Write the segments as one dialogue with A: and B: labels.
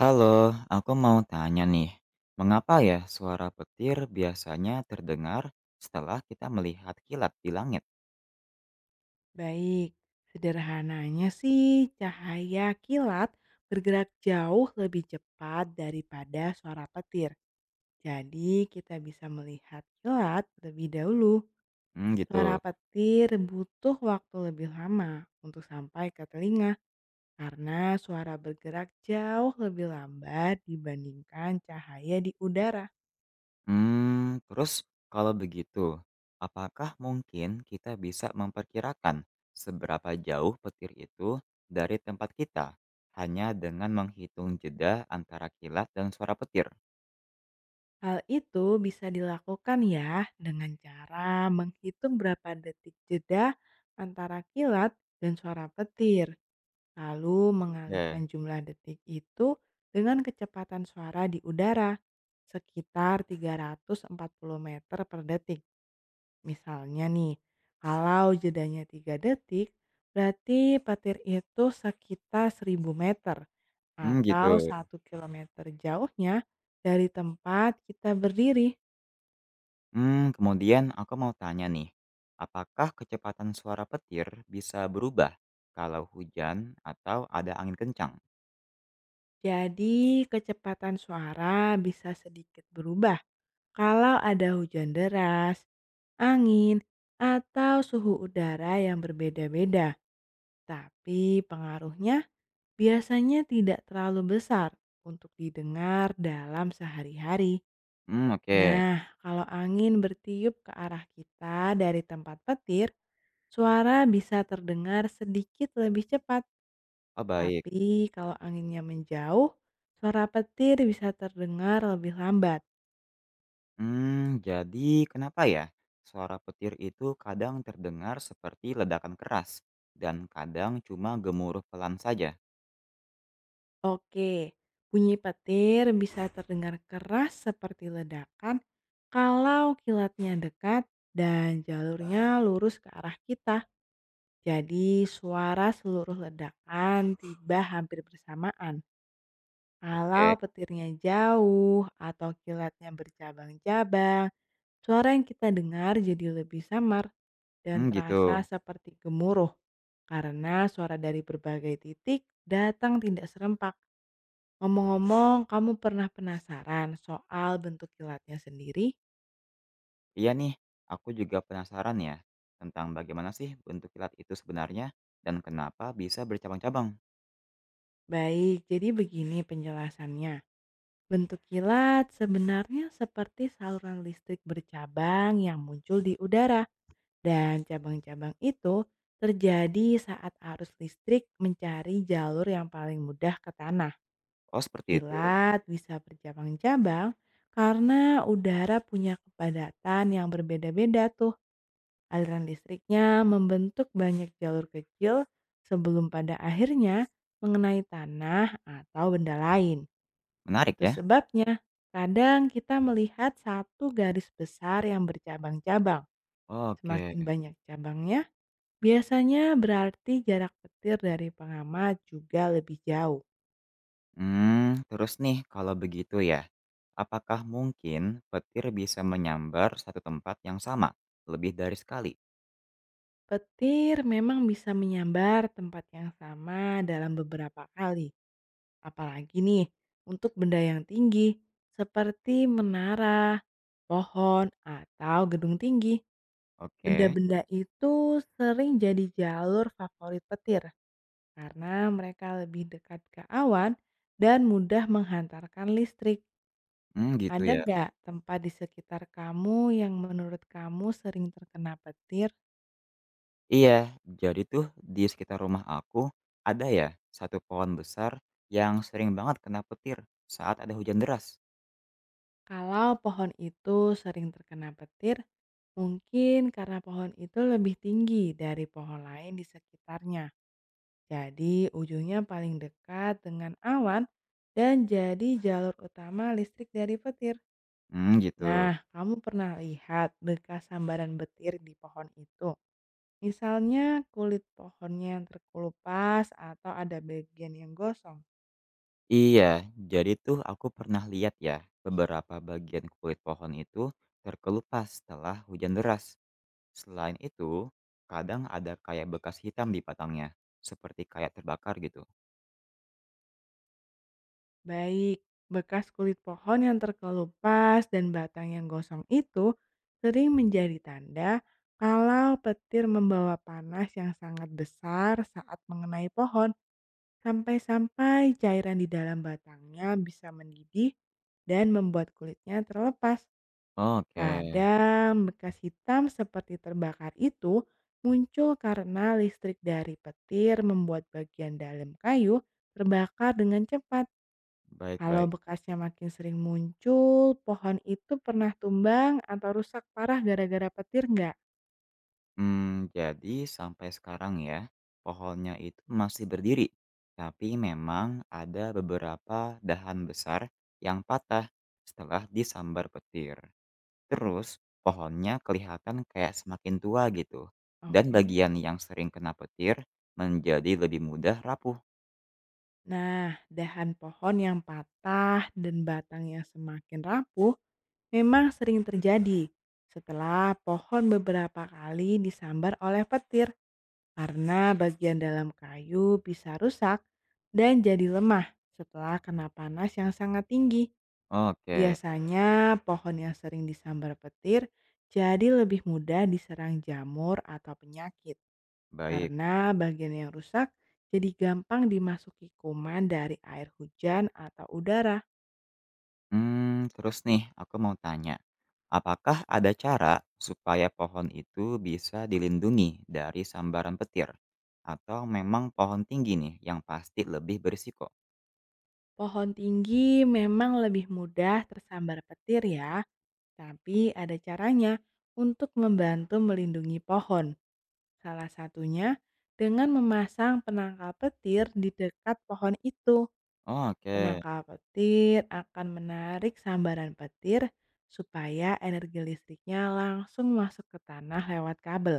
A: Halo, aku mau tanya nih, mengapa ya suara petir biasanya terdengar setelah kita melihat kilat di langit?
B: Baik, sederhananya sih cahaya kilat bergerak jauh lebih cepat daripada suara petir. Jadi kita bisa melihat kilat lebih dahulu.
A: Hmm,
B: Suara
A: gitu.
B: petir butuh waktu lebih lama untuk sampai ke telinga karena suara bergerak jauh lebih lambat dibandingkan cahaya di udara.
A: Terus kalau begitu, apakah mungkin kita bisa memperkirakan seberapa jauh petir itu dari tempat kita hanya dengan menghitung jeda antara kilat dan suara petir?
B: Hal itu bisa dilakukan ya dengan cara menghitung berapa detik jeda antara kilat dan suara petir, lalu mengalihkan
A: Ya,
B: jumlah detik itu dengan kecepatan suara di udara sekitar 340 meter per detik. Misalnya nih, kalau jedanya 3 detik, berarti petir itu sekitar 1000 meter
A: hmm, gitu.
B: atau 1 kilometer jauhnya dari tempat kita berdiri.
A: Kemudian aku mau tanya nih, apakah kecepatan suara petir bisa berubah kalau hujan atau ada angin kencang?
B: Jadi, kecepatan suara bisa sedikit berubah kalau ada hujan deras, angin, atau suhu udara yang berbeda-beda. Tapi pengaruhnya biasanya tidak terlalu besar untuk didengar dalam sehari-hari.
A: Mmm, oke.
B: Nah, kalau angin bertiup ke arah kita dari tempat petir, suara bisa terdengar sedikit lebih cepat,
A: Oh, baik.
B: tapi kalau anginnya menjauh, suara petir bisa terdengar lebih lambat.
A: Mmm, jadi kenapa ya suara petir itu kadang terdengar seperti ledakan keras dan kadang cuma gemuruh pelan saja?
B: Oke, bunyi petir bisa terdengar keras seperti ledakan kalau kilatnya dekat dan jalurnya lurus ke arah kita. Jadi suara seluruh ledakan tiba hampir bersamaan. Kalau
A: Oke.
B: petirnya jauh atau kilatnya bercabang-cabang, suara yang kita dengar jadi lebih samar dan
A: Mmm, gitu.
B: terasa seperti gemuruh karena suara dari berbagai titik datang tidak serempak. Ngomong-ngomong, kamu pernah penasaran soal bentuk kilatnya sendiri?
A: Iya nih, aku juga penasaran ya tentang bagaimana sih bentuk kilat itu sebenarnya dan kenapa bisa bercabang-cabang.
B: Baik, jadi begini penjelasannya. Bentuk kilat sebenarnya seperti saluran listrik bercabang yang muncul di udara dan cabang-cabang itu terjadi saat arus listrik mencari jalur yang paling mudah ke tanah.
A: Oh, seperti itu.
B: Kilat bisa bercabang-cabang karena udara punya kepadatan yang berbeda-beda tuh. Aliran listriknya membentuk banyak jalur kecil sebelum pada akhirnya mengenai tanah atau benda lain.
A: Menarik
B: Itu
A: ya.
B: sebabnya kadang kita melihat satu garis besar yang bercabang-cabang.
A: Oke.
B: Semakin banyak cabangnya, biasanya berarti jarak petir dari pengamat juga lebih jauh.
A: Terus nih kalau begitu ya, apakah mungkin petir bisa menyambar satu tempat yang sama lebih dari sekali?
B: Petir memang bisa menyambar tempat yang sama dalam beberapa kali, apalagi nih untuk benda yang tinggi seperti menara, pohon, atau gedung tinggi.
A: Oke.
B: Benda-benda itu sering jadi jalur favorit petir karena mereka lebih dekat ke awan dan mudah menghantarkan listrik.
A: Mmm, gitu
B: Ada
A: ya.
B: nggak tempat di sekitar kamu yang menurut kamu sering terkena petir?
A: Iya, jadi tuh di sekitar rumah aku ada ya satu pohon besar yang sering banget kena petir saat ada hujan deras.
B: Kalau pohon itu sering terkena petir, mungkin karena pohon itu lebih tinggi dari pohon lain di sekitarnya. Jadi ujungnya paling dekat dengan awan dan jadi jalur utama listrik dari petir.
A: Mmm, gitu.
B: Nah, kamu pernah lihat bekas sambaran petir di pohon itu? Misalnya kulit pohonnya yang terkelupas atau ada bagian yang gosong.
A: Iya, jadi tuh aku pernah lihat ya beberapa bagian kulit pohon itu terkelupas setelah hujan deras. Selain itu, kadang ada kayak bekas hitam di batangnya, seperti kayak terbakar gitu.
B: Baik, bekas kulit pohon yang terkelupas dan batang yang gosong itu sering menjadi tanda kalau petir membawa panas yang sangat besar saat mengenai pohon sampai-sampai cairan di dalam batangnya bisa mendidih dan membuat kulitnya terlepas.
A: Oke.
B: Kadang bekas hitam seperti terbakar itu muncul karena listrik dari petir membuat bagian dalam kayu terbakar dengan cepat.
A: Baik,
B: Kalau
A: baik.
B: bekasnya makin sering muncul, pohon itu pernah tumbang atau rusak parah gara-gara petir nggak?
A: Jadi sampai sekarang ya, pohonnya itu masih berdiri, tapi memang ada beberapa dahan besar yang patah setelah disambar petir. Terus, pohonnya kelihatan kayak semakin tua gitu, dan
B: Oke.
A: bagian yang sering kena petir menjadi lebih mudah rapuh.
B: Nah, dahan pohon yang patah dan batang yang semakin rapuh memang sering terjadi setelah pohon beberapa kali disambar oleh petir karena bagian dalam kayu bisa rusak dan jadi lemah setelah kena panas yang sangat tinggi.
A: Oke,
B: Biasanya pohon yang sering disambar petir jadi lebih mudah diserang jamur atau penyakit
A: baik.
B: karena bagian yang rusak jadi gampang dimasuki kuman dari air hujan atau udara.
A: Terus nih aku mau tanya, apakah ada cara supaya pohon itu bisa dilindungi dari sambaran petir? Atau memang pohon tinggi nih yang pasti lebih berisiko?
B: Pohon tinggi memang lebih mudah tersambar petir ya, tapi ada caranya untuk membantu melindungi pohon. Salah satunya dengan memasang penangkal petir di dekat pohon itu.
A: Oke,
B: Penangkal petir akan menarik sambaran petir supaya energi listriknya langsung masuk ke tanah lewat kabel.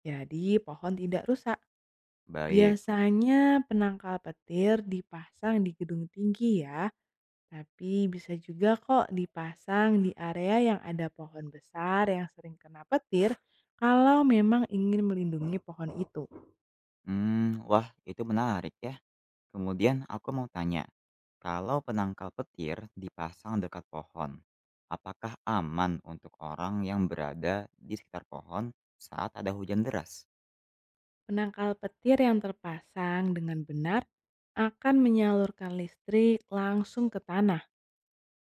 B: Jadi pohon tidak rusak.
A: baik.
B: Biasanya penangkal petir dipasang di gedung tinggi ya, tapi bisa juga kok dipasang di area yang ada pohon besar yang sering kena petir kalau memang ingin melindungi pohon itu.
A: Wah itu menarik ya. Kemudian aku mau tanya, kalau penangkal petir dipasang dekat pohon, apakah aman untuk orang yang berada di sekitar pohon saat ada hujan deras?
B: Penangkal petir yang terpasang dengan benar akan menyalurkan listrik langsung ke tanah.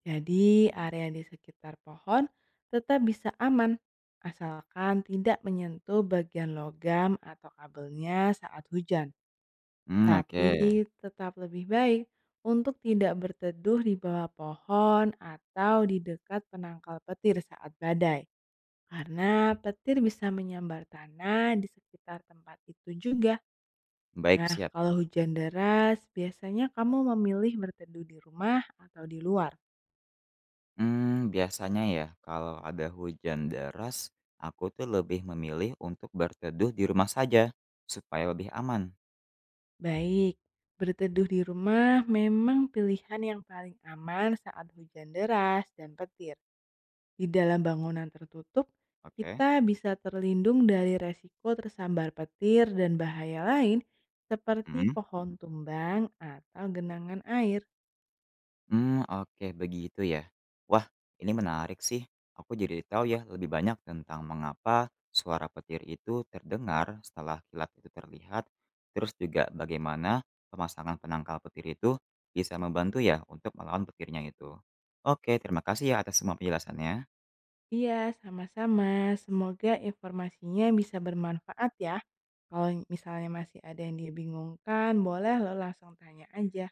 B: Jadi, area di sekitar pohon tetap bisa aman asalkan tidak menyentuh bagian logam atau kabelnya saat hujan.
A: Mmm, oke.
B: Tapi tetap lebih baik untuk tidak berteduh di bawah pohon atau di dekat penangkal petir saat badai. Karena petir bisa menyambar tanah di sekitar tempat itu juga.
A: Baik,
B: Nah,
A: siap.
B: kalau hujan deras, biasanya kamu memilih berteduh di rumah atau di luar?
A: Biasanya ya kalau ada hujan deras, aku tuh lebih memilih untuk berteduh di rumah saja, supaya lebih aman.
B: Baik, berteduh di rumah memang pilihan yang paling aman saat hujan deras dan petir. Di dalam bangunan tertutup,
A: Oke.
B: kita bisa terlindung dari resiko tersambar petir dan bahaya lain seperti
A: Hmm.
B: pohon tumbang atau genangan air.
A: Mmm, oke begitu ya. Wah, ini menarik sih. Aku jadi tahu ya lebih banyak tentang mengapa suara petir itu terdengar setelah kilat itu terlihat, terus juga bagaimana pemasangan penangkal petir itu bisa membantu ya untuk melawan petirnya itu. Oke, terima kasih ya atas semua penjelasannya.
B: Iya, sama-sama. Semoga informasinya bisa bermanfaat ya. Kalau misalnya masih ada yang dibingungkan, boleh lo langsung tanya aja.